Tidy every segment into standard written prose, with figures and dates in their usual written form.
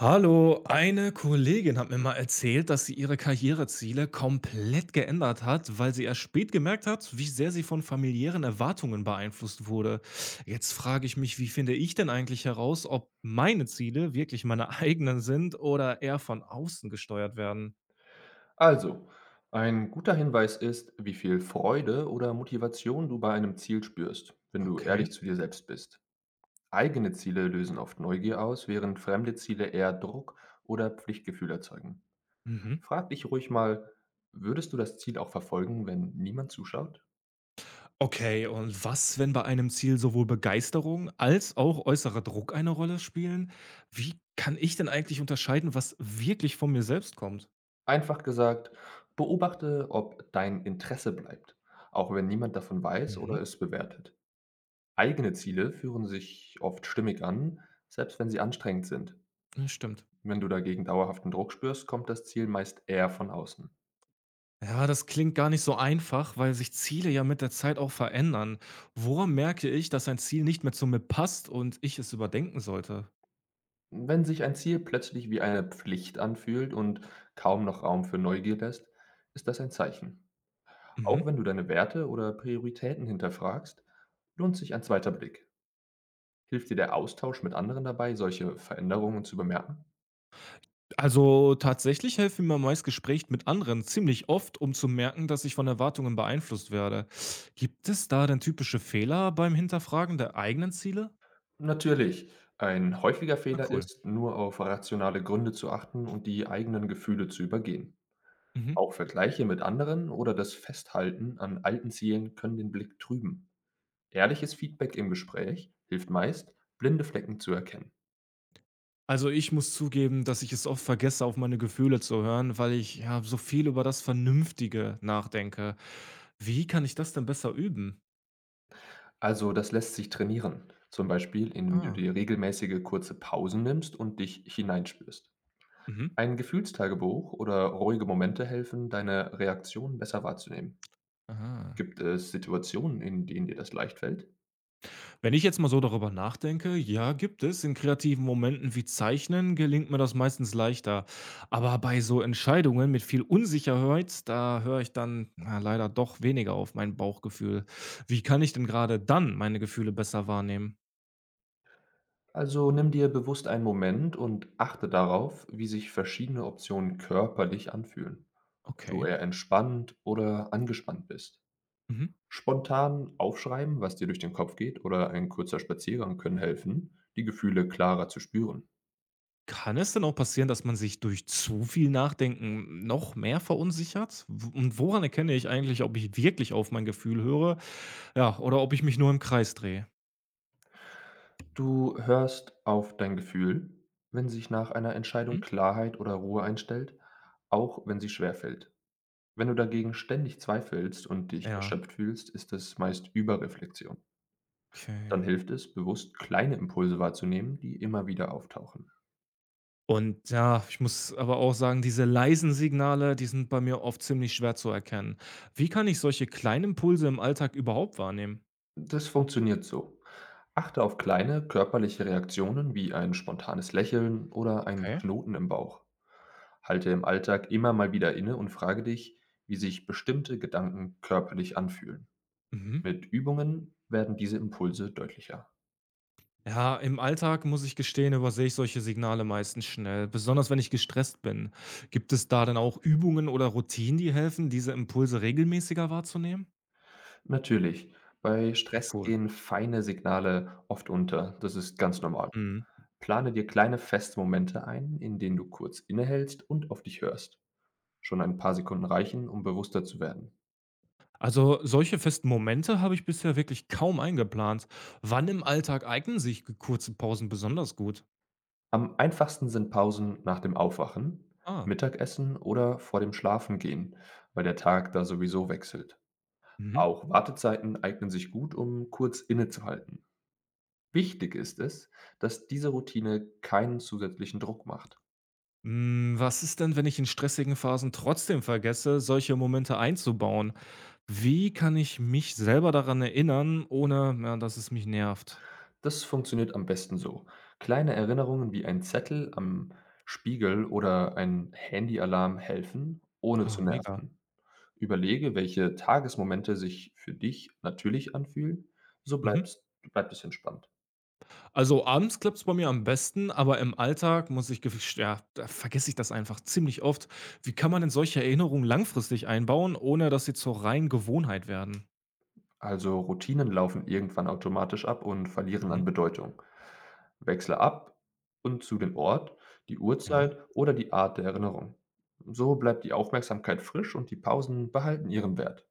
Hallo, eine Kollegin hat mir mal erzählt, dass sie ihre Karriereziele komplett geändert hat, weil sie erst spät gemerkt hat, wie sehr sie von familiären Erwartungen beeinflusst wurde. Jetzt frage ich mich, wie finde ich denn eigentlich heraus, ob meine Ziele wirklich meine eigenen sind oder eher von außen gesteuert werden? Also, ein guter Hinweis ist, wie viel Freude oder Motivation du bei einem Ziel spürst, wenn du Okay. ehrlich zu dir selbst bist. Eigene Ziele lösen oft Neugier aus, während fremde Ziele eher Druck oder Pflichtgefühl erzeugen. Mhm. Frag dich ruhig mal, würdest du das Ziel auch verfolgen, wenn niemand zuschaut? Okay, und was, wenn bei einem Ziel sowohl Begeisterung als auch äußerer Druck eine Rolle spielen? Wie kann ich denn eigentlich unterscheiden, was wirklich von mir selbst kommt? Einfach gesagt, beobachte, ob dein Interesse bleibt, auch wenn niemand davon weiß oder Mhm. es bewertet. Eigene Ziele führen sich oft stimmig an, selbst wenn sie anstrengend sind. Ja, stimmt. Wenn du dagegen dauerhaften Druck spürst, kommt das Ziel meist eher von außen. Ja, das klingt gar nicht so einfach, weil sich Ziele ja mit der Zeit auch verändern. Woran merke ich, dass ein Ziel nicht mehr zu mir passt und ich es überdenken sollte? Wenn sich ein Ziel plötzlich wie eine Pflicht anfühlt und kaum noch Raum für Neugier lässt, ist das ein Zeichen. Auch Mhm. wenn du deine Werte oder Prioritäten hinterfragst, lohnt sich ein zweiter Blick. Hilft dir der Austausch mit anderen dabei, solche Veränderungen zu bemerken? Also tatsächlich helfen mir meist Gespräche mit anderen ziemlich oft, um zu merken, dass ich von Erwartungen beeinflusst werde. Gibt es da denn typische Fehler beim Hinterfragen der eigenen Ziele? Natürlich, ein häufiger Ah, Fehler cool. ist, nur auf rationale Gründe zu achten und die eigenen Gefühle zu übergehen. Mhm. Auch Vergleiche mit anderen oder das Festhalten an alten Zielen können den Blick trüben. Ehrliches Feedback im Gespräch hilft meist, blinde Flecken zu erkennen. Also, ich muss zugeben, dass ich es oft vergesse, auf meine Gefühle zu hören, weil ich, ja, so viel über das Vernünftige nachdenke. Wie kann ich das denn besser üben? Also das lässt sich trainieren, zum Beispiel indem du Ah, dir regelmäßige kurze Pausen nimmst und dich hineinspürst. mhm. Ein Gefühlstagebuch oder ruhige Momente helfen, deine Reaktionen besser wahrzunehmen. Aha. Gibt es Situationen, in denen dir das leicht fällt? Wenn ich jetzt mal so darüber nachdenke, ja, gibt es. In kreativen Momenten wie Zeichnen gelingt mir das meistens leichter. Aber bei so Entscheidungen mit viel Unsicherheit, da höre ich dann na, leider doch weniger auf mein Bauchgefühl. Wie kann ich denn gerade dann meine Gefühle besser wahrnehmen? Also nimm dir bewusst einen Moment und achte darauf, wie sich verschiedene Optionen körperlich anfühlen. Ob du Okay. eher entspannt oder angespannt bist. Mhm. Spontan aufschreiben, was dir durch den Kopf geht, oder ein kurzer Spaziergang können helfen, die Gefühle klarer zu spüren. Kann es denn auch passieren, dass man sich durch zu viel Nachdenken noch mehr verunsichert? W Und woran erkenne ich eigentlich, ob ich wirklich auf mein Gefühl höre, ja, oder ob ich mich nur im Kreis drehe? Du hörst auf dein Gefühl, wenn sich nach einer Entscheidung Mhm. Klarheit oder Ruhe einstellt, auch wenn sie schwerfällt. Wenn du dagegen ständig zweifelst und dich Ja, erschöpft fühlst, ist es meist Überreflexion. Dann okay. hilft es, bewusst kleine Impulse wahrzunehmen, die immer wieder auftauchen. Und ja, ich muss aber auch sagen, diese leisen Signale, die sind bei mir oft ziemlich schwer zu erkennen. Wie kann ich solche kleinen Impulse im Alltag überhaupt wahrnehmen? Das funktioniert so. Achte auf kleine körperliche Reaktionen wie ein spontanes Lächeln oder einen Okay. Knoten im Bauch. Halte im Alltag immer mal wieder inne und frage dich, wie sich bestimmte Gedanken körperlich anfühlen. Mhm. Mit Übungen werden diese Impulse deutlicher. Ja, im Alltag muss ich gestehen, übersehe ich solche Signale meistens schnell, besonders wenn ich gestresst bin. Gibt es da denn auch Übungen oder Routinen, die helfen, diese Impulse regelmäßiger wahrzunehmen? Natürlich, bei Ah, Stress cool. gehen feine Signale oft unter. Das ist ganz normal. Mhm. Plane dir kleine feste Momente ein, in denen du kurz innehältst und auf dich hörst. Schon ein paar Sekunden reichen, um bewusster zu werden. Also solche festen Momente habe ich bisher wirklich kaum eingeplant. Wann im Alltag eignen sich kurze Pausen besonders gut? Am einfachsten sind Pausen nach dem Aufwachen, Ah. Mittagessen oder vor dem Schlafengehen, weil der Tag da sowieso wechselt. Mhm. Auch Wartezeiten eignen sich gut, um kurz innezuhalten. Wichtig ist es, dass diese Routine keinen zusätzlichen Druck macht. Mm, was ist denn, wenn ich in stressigen Phasen trotzdem vergesse, solche Momente einzubauen? Wie kann ich mich selber daran erinnern, ohne, ja, dass es mich nervt? Das funktioniert am besten so. Kleine Erinnerungen wie ein Zettel am Spiegel oder ein Handyalarm helfen, ohne Ah, zu mega. nerven. Überlege, welche Tagesmomente sich für dich natürlich anfühlen, so Mhm. bleibst, bleibt es entspannt. Also, abends klappt's bei mir am besten, aber im Alltag muss ich gesch ja, da vergesse ich das einfach ziemlich oft. Wie kann man denn solche Erinnerungen langfristig einbauen, ohne dass sie zur reinen Gewohnheit werden? Also Routinen laufen irgendwann automatisch ab und verlieren an Mhm. Bedeutung. Wechsle ab und zu den Ort, die Ja. Uhrzeit oder die Art der Erinnerung. So bleibt die Aufmerksamkeit frisch und die Pausen behalten ihren Wert.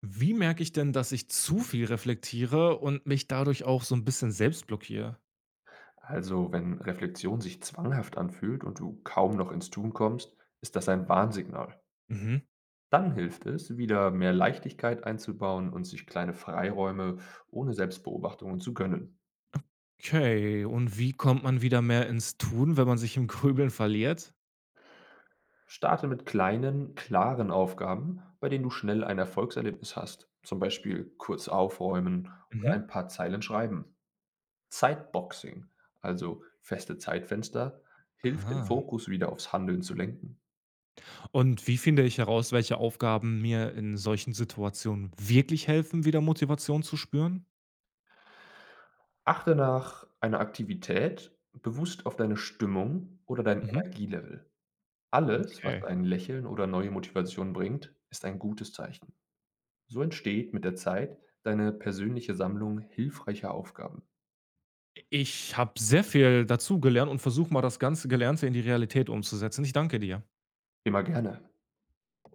Wie merke ich denn, dass ich zu viel reflektiere und mich dadurch auch so ein bisschen selbst blockiere? Also, wenn Reflexion sich zwanghaft anfühlt und du kaum noch ins Tun kommst, ist das ein Warnsignal. Mhm. Dann hilft es, wieder mehr Leichtigkeit einzubauen und sich kleine Freiräume ohne Selbstbeobachtungen zu gönnen. Okay, und wie kommt man wieder mehr ins Tun, wenn man sich im Grübeln verliert? Starte mit kleinen, klaren Aufgaben, bei denen du schnell ein Erfolgserlebnis hast, zum Beispiel kurz aufräumen oder Mhm. ein paar Zeilen schreiben. Zeitboxing, also feste Zeitfenster, hilft den Ah. Fokus wieder aufs Handeln zu lenken. Und wie finde ich heraus, welche Aufgaben mir in solchen Situationen wirklich helfen, wieder Motivation zu spüren? Achte nach einer Aktivität bewusst auf deine Stimmung oder dein Mhm. Energielevel. Alles, was Okay. ein Lächeln oder neue Motivation bringt, ist ein gutes Zeichen. So entsteht mit der Zeit deine persönliche Sammlung hilfreicher Aufgaben. Ich habe sehr viel dazu gelernt und versuche mal das ganze Gelernte in die Realität umzusetzen. Ich danke dir. Immer gerne.